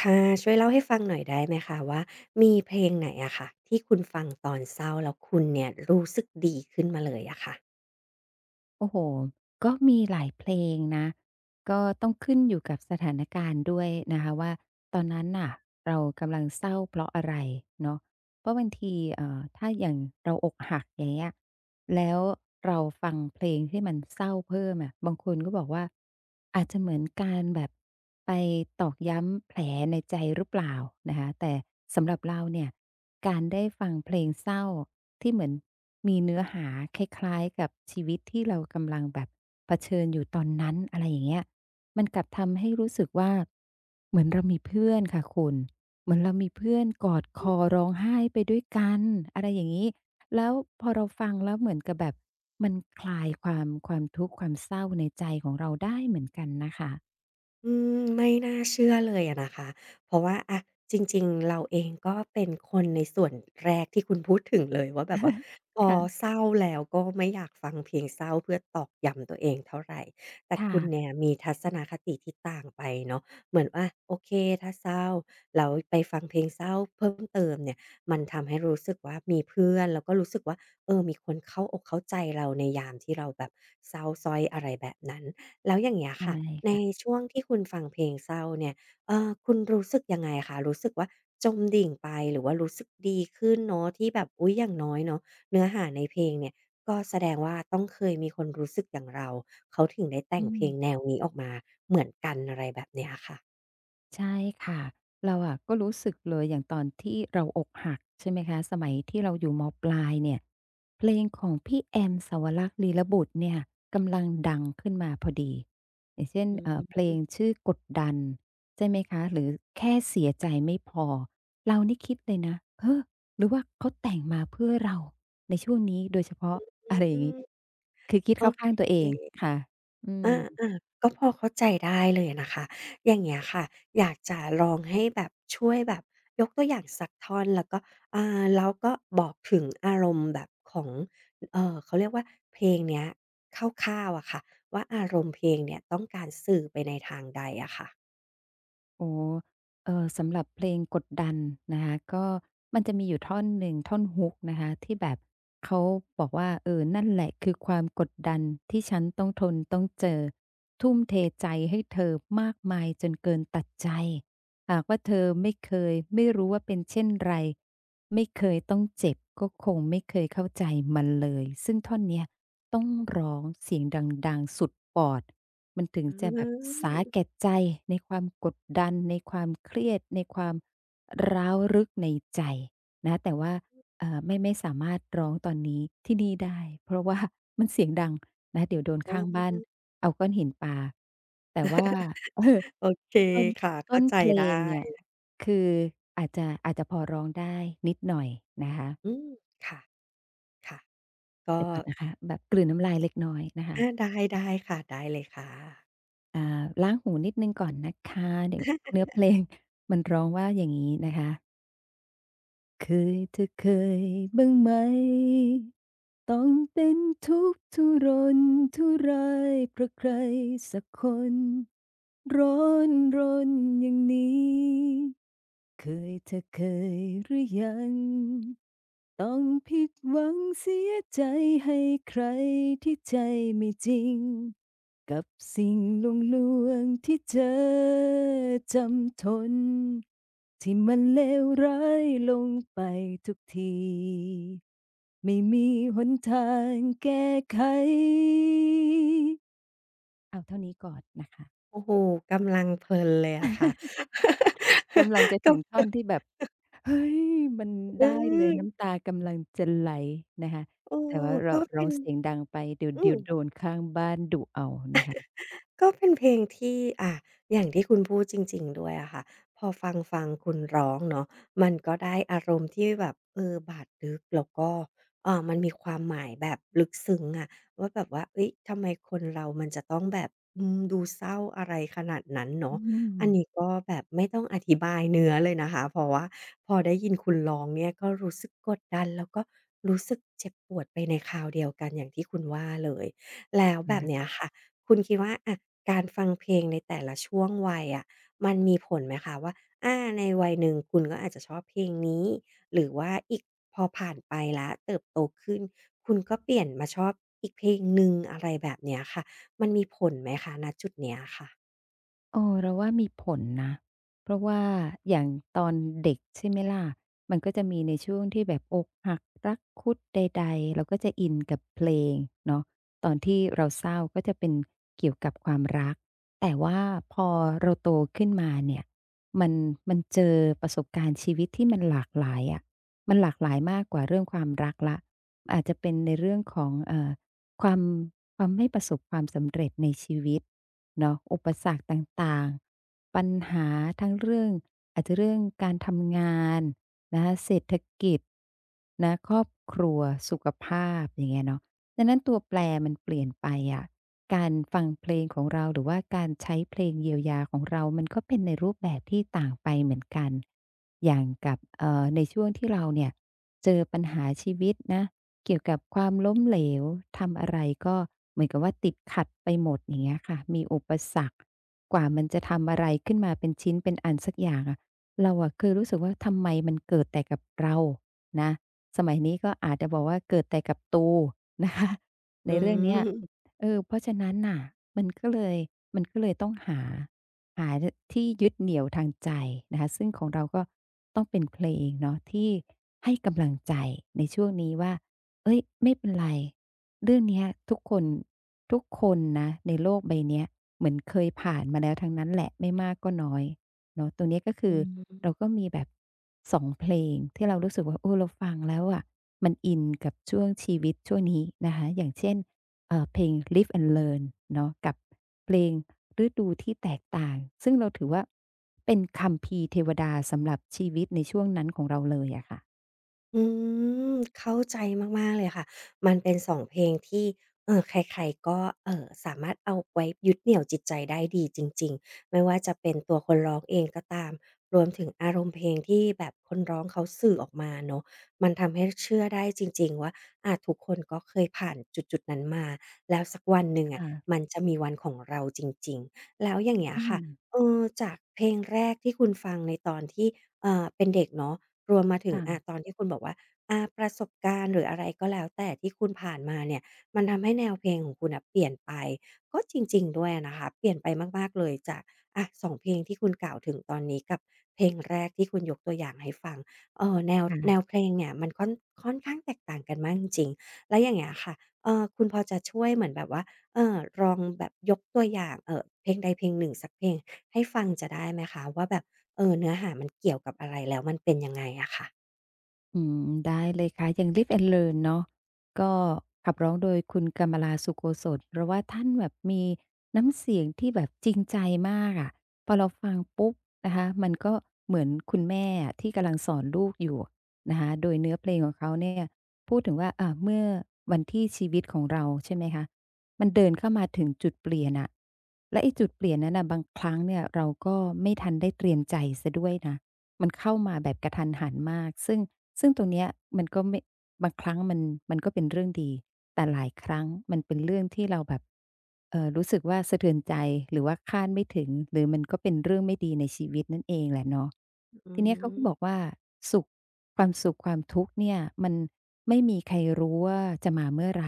ค่ะช่วยเล่าให้ฟังหน่อยได้ไหมคะว่ามีเพลงไหนอะค่ะที่คุณฟังตอนเศร้าแล้วคุณเนี่ยรู้สึกดีขึ้นมาเลยอะค่ะ โอ้โฮก็มีหลายเพลงนะ ก็ต้องขึ้นอยู่กับสถานการณ์ด้วยนะคะว่าตอนนั้นน่ะเรากำลังเศร้าเพราะอะไรเนาะเพราะบางทีถ้าอย่างเราอกหักอย่างเงี้ย แล้วเราฟังเพลงที่มันเศร้าเพิ่มอะบางคนก็บอกว่าอาจจะเหมือนการแบบไปตอกย้ำแผลในใจหรือเปล่านะคะแต่สำหรับเราเนี่ยการได้ฟังเพลงเศร้าที่เหมือนมีเนื้อหาคล้ายๆกับชีวิตที่เรากำลังแบบเผชิญอยู่ตอนนั้นอะไรอย่างเงี้ยมันกลับทำให้รู้สึกว่าเหมือนเรามีเพื่อนค่ะคุณเหมือนเรามีเพื่อนกอดคอร้องไห้ไปด้วยกันอะไรอย่างงี้ แล้วพอเราฟังแล้วเหมือนกับแบบมันคลายความทุกข์ความเศร้าในใจของเราได้เหมือนกันนะคะ อืมไม่น่าเชื่อเลยอะนะคะเพราะว่าอะจริงๆเราเองก็เป็นคนในส่วนแรกที่คุณพูดถึงเลยว่าแบบว่าพอค่ะเศร้าแล้วก็ไม่อยากฟังเพลงเศร้าเพื่อตอกย้ำตัวเองเท่าไรแต่ค่ะคุณเนี่ยมีทัศนคติที่ต่างไปเนาะเหมือนว่าโอเคถ้าเศร้าแล้วไปฟังเพลงเศร้าเพิ่มเติมเนี่ยมันทำให้รู้สึกว่ามีเพื่อนแล้วก็รู้สึกว่าเออมีคนเข้าอกเข้าใจเราในยามที่เราแบบเศร้าสร้อยอะไรแบบนั้น แล้วอย่างเงี้ยใช่ค่ะในค่ะช่วงที่คุณฟังเพลงเศร้าเนี่ยคุณรู้สึกยังไงคะรู้สึกว่าจมดิ่งไปหรือว่ารู้สึกดีขึ้นเนาะที่แบบอุ๊ยอย่างน้อยเนาะเนื้อหาในเพลงเนี่ยก็แสดงว่าต้องเคยมีคนรู้สึกอย่างเราเขาถึงได้แต่อืงเพลงแนม วนี้ออกมาเหมือนกันอะไรแบบเนี้ยค่ะใช่ค่ะเราอะก็รู้สึกเลยอย่างตอนที่เราอกหักใช่ไหมคะสมัยที่เราอยู่มปลายเนี่ยเพลงของพี่แอมสาวรักษ์ลีลบุตรเนี่ยกำลังดังขึ้นมาพอดีอย่างเช่นอืเพลงชื่อกดดันใช่ไหมคะหรือแค่เสียใจไม่พอเรานี่คิดเลยนะเฮ้อหรือว่าเขาแต่งมาเพื่อเราในช่วงนี้โดยเฉพาะอะไรอย่างงี้มคือคิดโอเข้าเข้างตัวเอค งค่ะอือาม ๆก็พอเข้าใจได้เลยนะคะอย่างเงี้ยค่ะอยากจะลองให้แบบช่วยแบบยกตัวอย่างสักท่อนแล้วก็แล้วก็บอกถึงอารมณ์แบบของเขาเรียกว่าเพลงเนี้ยคร่าวๆอะค่ะว่าอารมณ์เพลงเนี่ยต้องการสื่อไปในทางใดอะค่ะโอ้เออสำหรับเพลงกดดันนะคะก็มันจะมีอยู่ท่อนหนึ่งท่อนฮุกนะคะที่แบบเขาบอกว่าเออนั่นแหละคือความกดดันที่ฉันต้องทนต้องเจอทุ่มเทใจให้เธอมากมายจนเกินตัดใจหากว่าเธอไม่เคยไม่รู้ว่าเป็นเช่นไรไม่เคยต้องเจ็บก็คงไม่เคยเข้าใจมันเลยซึ่งท่อนเนี้ยต้องร้องเสียงดังๆสุดปอด มันถึงอืจะแบบสาแก่มใจในความกดดันในความเครียดในความร้าวรึกในใจนะแต่ว่าไม่สามารถร้องตอนนี้ที่นี่ได้เพราะว่า มันเสียงดังนะเดี๋ยวโดนข้างบ้านเอาก้อนหินปาแต่ว่า โอเคเออต้นค่ะต้เข้านใจเพลไงเนี่ยด้คืออาจจะพอร้องได้นิดหน่อยนะคะอืมค่ะๆก็เดี๋ยวก่อนนะคะแบบกลืนน้ำลายเล็กน้อยนะคะ อาได้ๆค่ะได้เลยค่ะ อ่าล้างหูนิดหนึ่งก่อนนะคะเดี๋ยวเนื้อเพลง มันร้องว่าอย่างงี้นะคะเคยเธอเคยบ้างไหมต้องเป็นทุกข์ทุรนทุรายเพราะใครสักคนร้อนรนอย่างนี้ เคยเธอเคยหรือยังต้องผิดหวังเสียใจให้ใครที่ใจไม่จริงกับสิ่งลวงลวงที่เธอจำทนที่มันเลวร้ายลงไปทุกทีไม่มีหนทางแก้ไขเอาเท่านี้ก่อนนะคะโอ้โฮกำลังเพลินเลยอะค่ะ กำลังจะ ก็ถึงท่อนที่แบบ เฮ้ยมันเได้เลยออน้ำตากำลังจะไหลนะคะเออแต่ว่าเราก็เป็เรานเสียงดังไปเดี๋ยวอืเดี๋ยม วโดนข้างบ้านดุเอานะคะก็เป็นเพลงที่อย่างที่คุณพูดจริงๆด้วยอะค่ะพอฟังคุณร้องเนาะมันก็ได้อารมณ์ที่แบบเออบาดลึกแล้วก็มันมีความหมายแบบลึกซึ้งอะว่าแบบว่าเฮ้ยทำไมคนเรามันจะต้องแบบอืมดูเศร้าอะไรขนาดนั้นอืเนาะอัมนนี้ก็แบบไม่ต้องอธิบายเนื้อเลยนะคะเพราะว่าพอได้ยินคุณร้องเนี่ยก็รู้สึกกดดันแล้วก็รู้สึกเจ็บปวดไปในคราวเดียวกันอย่างที่คุณว่าเลยแล้วแบนะ บเนี้ยค่ะ คุณคิดว่าอะการฟังเพลงในแต่ละช่วงวัยอะมันมีผลไหมคะว่าอาในวัยหนึ่งคุณก็อาจจะชอบเพลงนี้หรือว่าอีกพอผ่านไปแล้วเติบโตขึ้นคุณก็เปลี่ยนมาชอบอีกเพลงหนึ่งอะไรแบบเนี้ยค่ะมันมีผลไหมคะณจุดเนี้ยค่ะเออเราว่ามีผลนะเพราะว่าอย่างตอนเด็กใช่ไหมล่ะมันก็จะมีในช่วงที่แบบอกหักรักคุดใดๆเราก็จะอินกับเพลงเนาะตอนที่เราเศร้าก็จะเป็นเกี่ยวกับความรักแต่ว่าพอเราโตขึ้นมาเนี่ยมันมันเจอประสบการณ์ชีวิตที่มันหลากหลายอะมันหลากหลายมากกว่าเรื่องความรักแล้วอาจจะเป็นในเรื่องของความความไม่ประสบความสำเร็จในชีวิต เนาะอุปสรรคต่างๆปัญหาทั้งเรื่องอาจจะเรื่องการทำงานนะคะเศรษฐกิจนะครอบครัวสุขภาพอย่างเงี้ยเนาะดังนั้นตัวแปรมันเปลี่ยนไปอะการฟังเพลงของเราหรือว่าการใช้เพลงเยียวยาของเรามันก็เป็นในรูปแบบที่ต่างไปเหมือนกันอย่างกับในช่วงที่เราเนี่ยเจอปัญหาชีวิตนะ เกี่ยวกับความล้มเหลวทำอะไรก็เหมือนกับว่าติดขัดไปหมดอย่างเงี้ยค่ะมีอุปสรรคกว่ามันจะทำอะไรขึ้นมาเป็นชิ้นเป็นอันสักอย่างอะเราอะเคยรู้สึกว่าทำไมมันเกิดแต่กับเรานะสมัยนี้ก็อาจจะบอกว่าเกิดแต่กับตูนะคะในอืเรื่องเนี้ยมเออเพราะฉะนั้นน่ะมันก็เลยมันก็เลยต้องหาทที่ยึดเหนี่ยวทางใจนะคะซึ่งของเราก็ต้องเป็นเพลงเนาะที่ให้กำลังใจในช่วงนี้ว่า เอ้ยไม่เป็นไรเรื่องเนี้ยทุกคนนะในโลกใบเนี้ยเหมือนเคยผ่านมาแล้วทั้งนั้นแหละไม่มากก็น้อยเนาะตรงเนี้ยก็คือือม เราก็มีแบบสองเพลงที่เรารู้สึกว่าเออเราฟังแล้วอะมันอินกับช่วงชีวิตช่วงนี้นะคะอย่างเช่นเพลง Live and Learn เนาะกับเพลงฤดูที่แตกต่างซึ่งเราถือว่าเป็นคัมภีร์เทวดาสำหรับชีวิตในช่วงนั้นของเราเลยอะค่ะอืมเข้าใจมากๆเลยค่ะมันเป็น2เพลงที่ใครๆก็สามารถเอาไว้ยึดเหนี่ยวจิตใจได้ดีจริงๆไม่ว่าจะเป็นตัวคนร้องเองก็ตามรวมถึงอารมณ์เพลงที่แบบคนร้องเขาสื่อออกมาเนาะมันทำให้เชื่อได้จริงๆว่าอาทุกคนก็เคยผ่านจุดๆนั้นมาแล้วสักวันหนึ่งอะค่ะมันจะมีวันของเราจริงๆแล้วอย่างเงี้ยอืค่ะมเออจากเพลงแรกที่คุณฟังในตอนที่เป็นเด็กเนาะ รวมมาถึงค่ะอาตอนที่คุณบอกว่าอาประสบการณ์หรืออะไรก็แล้วแต่ที่คุณผ่านมาเนี่ยมันทำให้แนวเพลงของคุณน่ะเปลี่ยนไปก็จริงๆด้วยอะนะคะเปลี่ยนไปมากๆเลยจากอะสองเพลงที่คุณกล่าวถึงตอนนี้กับเพลงแรกที่คุณยกตัวอย่างให้ฟังแนวแนค่ะ วเพลงเนี่ยมันค่อนข้างแตกต่างกันมากจริงๆแล้วอย่างเงี้ยค่ะคุณพอจะช่วยเหมือนแบบว่าลองแบบยกตัวอย่างเพลงใดเพลงหนึ่งสักเพลงให้ฟังจะได้ไหมคะว่าแบบ เออเนื้อหามันเกี่ยวกับอะไรแล้วมันเป็นยังไงอะค่ะอืมได้เลยค่ะอย่าง Live and Learn เนาะก็ขับร้องโดยคุณกำมลาสุโกศลเพราะว่าท่านแบบมีน้ำเสียงที่แบบจริงใจมากอะพอเราฟังปุ๊บนะคะมันก็เหมือนคุณแม่อะที่กำลังสอนลูกอยู่นะคะโดยเนื้อเพลงของเขาเนี่ยพูดถึงว่าอ่าเมื่อวันที่ชีวิตของเราใช่ไหมคะมันเดินเข้ามาถึงจุดเปลี่ยนอะและไอ้จุดเปลี่ยนนั้นน่ะบางครั้งเนี่ยเราก็ไม่ทันได้เตรียมใจเสียด้วยนะ มันเข้ามาแบบกระทันหันมากซึ่งตรงเนี้ยมันก็ไม่บางครั้งมันมันก็เป็นเรื่องดี แต่หลายครั้งมันเป็นเรื่องที่เราแบบรู้สึกว่าสะเทือนใจ หรือว่าคาดไม่ถึงหรือมันก็เป็นเรื่องไม่ดีในชีวิตนั่นเองแหละเนาะอืทีเนี้ยเขาก็บอมกว่าสุขความสุขความทุกข์เนี่ยมันไม่มีใครรู้ว่าจะมาเมื่อไร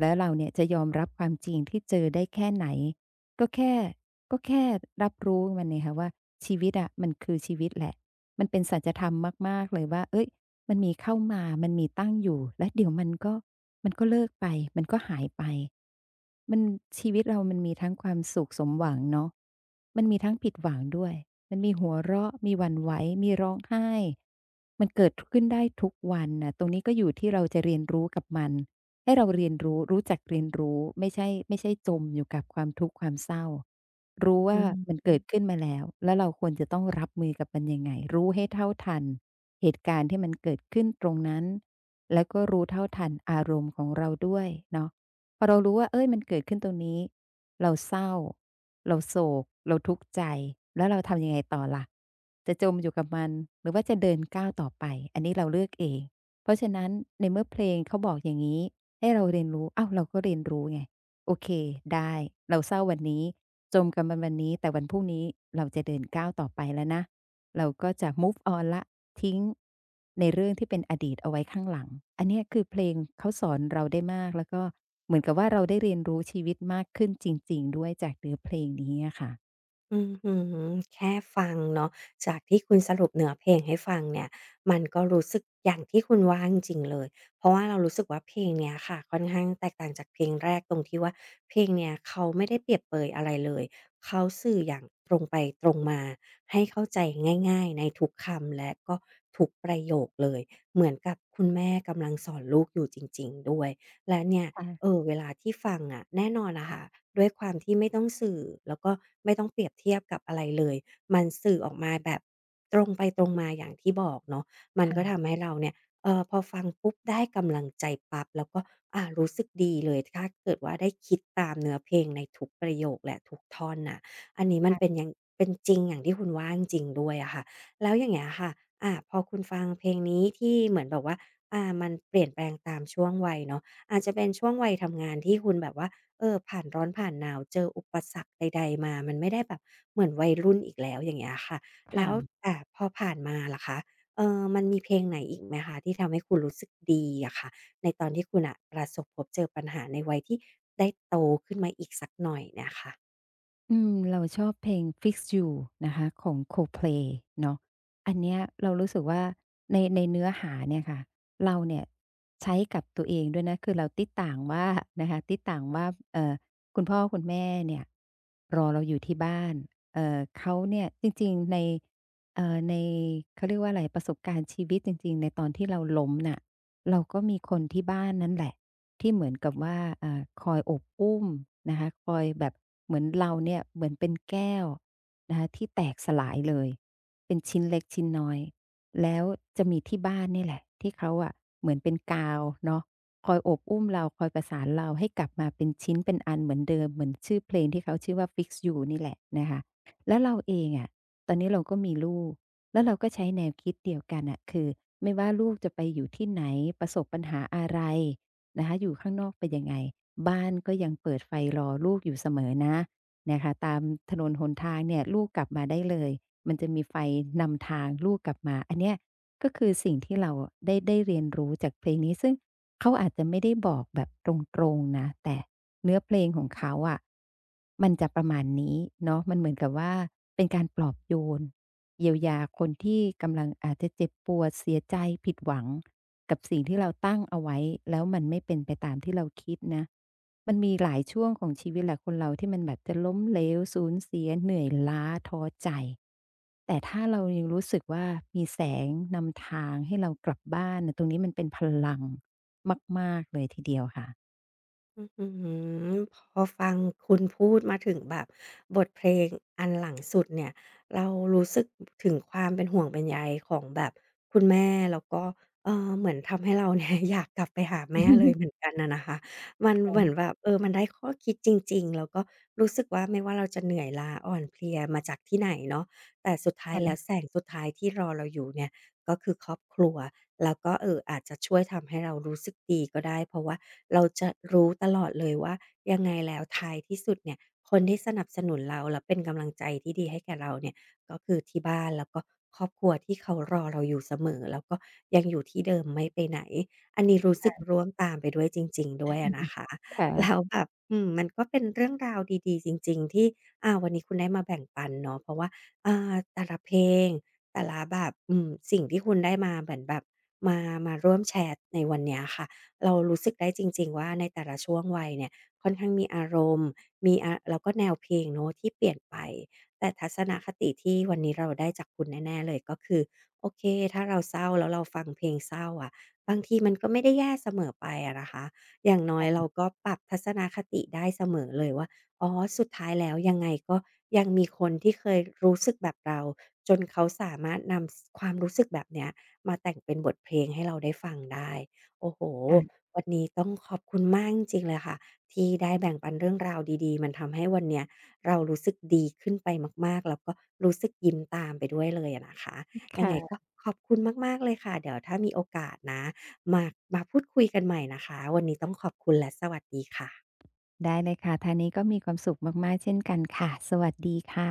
แล้วเราเนี่ยจะยอมรับความจริงที่เจอได้แค่ไหนก็แค่ ก็แค่รับรู้มันเนี่ยค่ะว่าชีวิตอะมันคือชีวิตแหละมันเป็นสัจธรรมมากๆเลยว่าเฮ้ยมันมีเข้ามามันมีตั้งอยู่แล้วเดี๋ยวมันก็เลิกไปมันก็หายไปมันชีวิตเรามันมีทั้งความสุขสมหวังเนาะมันมีทั้งผิดหวังด้วยมันมีหัวเราะมีหวั่นไหวมีร้องไห้มันเกิดทขึ้นได้ทุกวันน่ะตรงนี้ก็อยู่ที่เราจะเรียนรู้กับมันให้เราเรียนรู้รู้จักเรียนรู้ไม่ใช่จมอยู่กับความทุกข์ความเศร้า รู้อืว่ามันมเกิดขึ้นมาแล้ว แล้วเราควรจะต้องรับมือกับมันยังไงรู้ให้เท่าทันเหตุการณ์ที่มันเกิดขึ้นตรงนั้น แล้วก็รู้เท่าทันอารมณ์ของเราด้วยเนาะพอเรารู้ว่าเอ้ยมันเกิดขึ้นตรงนี้เราเศร้าเราโศกเราทุกข์ใจ แล้วเราทำยังไงต่อล่ะจะจมอยู่กับมันหรือว่าจะเดินก้าวต่อไปอันนี้เราเลือกเองเพราะฉะนั้นในเมื่อเพลงเขาบอกอย่างงี้ให้เราเรียนรู้ อ้าวเราก็เรียนรู้ไงโอเคได้เราเศร้าวันนี้ จมกันวันนี้แต่วันพรุ่งนี้เราจะเดินก้าวต่อไปแล้วนะเราก็จะ move on แล้วทิ้งในเรื่องที่เป็นอดีตเอาไว้ข้างหลังอันเนี้ยคือเพลงเขาสอนเราได้มากแล้วก็เหมือนกับว่าเราได้เรียนรู้ชีวิตมากขึ้นจริงๆด้วยจากเนื้อเพลงนี้อะค่ะอื้อฮือแค่ฟังเนาะจากที่คุณสรุปเนื้อเพลงให้ฟังเนี่ยมันก็รู้สึกอย่างที่คุณว่าจริงๆเลย เพราะว่าเรารู้สึกว่าเพลงเนี้ยค่ะค่อนข้างแตกต่างจากเพลงแรกตรงที่ว่าเพลงเนี้ยเขาไม่ได้เปรียบเปรยอะไรเลยเขาสื่ออย่างตรงไปตรงมาให้เข้าใจง่ายๆในทุกคำและก็ทุกประโยคเลยเหมือนกับคุณแม่กำลังสอนลูกอยู่จริงๆด้วยและเนี่ย ค่ะเวลาที่ฟังอะแน่นอนอะค่ะด้วยความที่ไม่ต้องสื่อแล้วก็ไม่ต้องเปรียบเทียบกับอะไรเลยมันสื่อออกมาแบบตรงไปตรงมาอย่างที่บอกเนาะมันก็ทำให้เราเนี่ยพอฟังปุ๊บได้กำลังใจปั๊บแล้วก็รู้สึกดีเลยถ้าเกิดว่าได้คิดตามเนื้อเพลงในทุกประโยคและทุกท่อนน่ะอันนี้มันเป็นค่ะอย่างเป็นจริงอย่างที่คุณว่าจริงๆด้วยอะค่ะแล้วอย่างเงี้ยค่ะพอคุณฟังเพลงนี้ที่เหมือนแบบว่ามันเปลี่ยนแปลงตามช่วงวัยเนาะ อาจจะเป็นช่วงวัยทำงานที่คุณแบบว่าผ่านร้อนผ่านหนาวเจออุปสรรคใดๆมา มันไม่ได้แบบเหมือนวัยรุ่นอีกแล้วอย่างเงี้ยค่ะแล้วค่ะ พอผ่านมาล่ะคะมันมีเพลงไหนอีกไหมคะที่ทำให้คุณรู้สึกดีอะค่ะในตอนที่คุณน่ะประสบพบเจอปัญหาในวัยที่ได้โตขึ้นมาอีกสักหน่อยเนี่ยค่ะ อืมเราชอบเพลง Fix You นะคะของ Coldplay เนาะอันเนี้ยเรารู้สึกว่าในเนื้อหาเนี่ยค่ะเราเนี่ยใช้กับตัวเองด้วยนะคือเราติ๊ดต่างว่านะคะติ๊ดต่างว่าเอ่อคุณพ่อคุณแม่เนี่ยรอเราอยู่ที่บ้านเขาเนี่ยจริงๆในเขาเรียกว่าอะไรประสบการณ์ชีวิตจริงๆในตอนที่เราล้มน่ะเราก็มีคนที่บ้านนั่นแหละ ที่เหมือนกับว่าอ่าคอยอบอุ้มนะคะคอยแบบเหมือนเราเนี่ยเหมือนเป็นแก้วนะคะที่แตกสลายเลยเป็นชิ้นเล็กชิ้นน้อยแล้วจะมีที่บ้านนี่แหละที่เขาอะเหมือนเป็นกาวเนาะคอยอบอุ้มเราคอยประสานเราให้กลับมาเป็นชิ้นเป็นอันเหมือนเดิมเหมือนชื่อเพลงที่เขาชื่อว่า Fix You นี่แหละนะคะแล้วเราเองอะตอนนี้เราก็มีลูกแล้วเราก็ใช้แนวคิดเดียวกันอ่ะคือไม่ว่าลูกจะไปอยู่ที่ไหนประสบปัญหาอะไร นะคะอยู่ข้างนอกเป็นยังไงบ้านก็ยังเปิดไฟรอลูกอยู่เสมอนะนะคะตามถนนหนทางเนี่ยลูกกลับมาได้เลยมันจะมีไฟนำทางลูกกลับมาอันเนี้ยก็คือสิ่งที่เราได้เรียนรู้จากเพลงนี้ซึ่ง เขาอาจจะไม่ได้บอกแบบตรงๆนะแต่เนื้อเพลงของเขาอะมันจะประมาณนี้เนาะมันเหมือนกับว่าเป็นการปลอบโยนเยียวยาคนที่กำลังอาจจะเจ็บปวดเสียใจผิดหวังกับสิ่งที่เราตั้งเอาไว้แล้วมันไม่เป็นไปตามที่เราคิดนะมันมีหลายช่วงของชีวิตแหละคนเราที่มันแบบจะล้มเหลวสูญเสียเหนื่อยล้าท้อใจ แต่ถ้าเรายังรู้สึกว่ามีแสงนำทางให้เรากลับบ้านน่ะตรงนี้มันเป็นพลัง มากๆเลยทีเดียวค่ะ อื้อหือพอฟังคุณพูดมาถึงแบบบทเพลงอันหลังสุดเนี่ยเรารู้สึกถึงความเป็นห่วงเป็นใยของแบบคุณแม่แล้วก็เหมือนทำให้เราเนี่ย อยากกลับไปหาแม่เลยเหมือน กันน่ะนะคะมันเหมือนแบบมันได้ข้อคิดจริงๆแล้วก็รู้สึกว่าไม่ว่าเราจะเหนื่อยล้าอ่อนเพลียมาจากที่ไหนเนาะแต่สุดท้ายแล้วค่ะแสงสุดท้ายที่รอเราอยู่เนี่ย ก็คือครอบครัวแล้วก็อาจจะช่วยทำให้เรารู้สึกดีก็ได้เพราะว่าเราจะรู้ตลอดเลยว่ายังไงแล้วท้ายที่สุดเนี่ยคนที่สนับสนุนเราและเป็นกำลังใจที่ดีให้แก่เราเนี่ยก็คือที่บ้านแล้วก็ครอบครัวที่เขารอเราอยู่เสมอแล้วก็ยังอยู่ที่เดิมไม่ไปไหนอันนี้รู้สึกร่วมตามไปด้วยจริงๆด้วยอะนะคะค่ะแล้วแบบอืมมันก็เป็นเรื่องราวดีๆจริงๆที่วันนี้คุณได้มาแบ่งปันเนาะเพราะว่าแต่ละเพลง แต่ละแบบอืมสิ่งที่คุณได้มาเหมือนแบบมาร่วมแชร์ในวันเนี้ยค่ะเรารู้สึกได้จริงๆว่าในแต่ละช่วงวัยเนี่ยค่อนข้างมีอารมณ์มีแล้วก็แนวเพลงเนาะที่เปลี่ยนไปแต่ทัศนคติที่วันนี้เราได้จากคุณแน่ๆเลยก็คือโอเคถ้าเราเศร้าแล้วเราฟังเพลงเศร้าอะบางทีมันก็ไม่ได้แย่เสมอไปอะนะคะอย่างน้อยเราก็ปรับทัศนคติได้เสมอเลยว่า อ๋อสุดท้ายแล้วยังไงก็ยังมีคนที่เคยรู้สึกแบบเราจนเขาสามารถนำสความรู้สึกแบบเนี้ยมาแต่งเป็นบทเพลงให้เราได้ฟังได้โอ้โฮค่ะวันนี้ต้องขอบคุณมากจริงๆเลยค่ะที่ได้แบ่งปันเรื่องราวดีๆมันทำให้วันเนี้ยเรารู้สึกดีขึ้นไปมากๆแล้วก็รู้สึกยิ้มตามไปด้วยเลยอะนะคะยังไงก็ค่ะขอบคุณมากๆเลยค่ะเดี๋ยวถ้ามีโอกาสนะมาพูดคุยกันใหม่นะคะวันนี้ต้องขอบคุณและสวัสดีค่ะได้เลยค่ะทางนี้ก็มีความสุขมากๆเช่นกันค่ะ สวัสดีค่ะ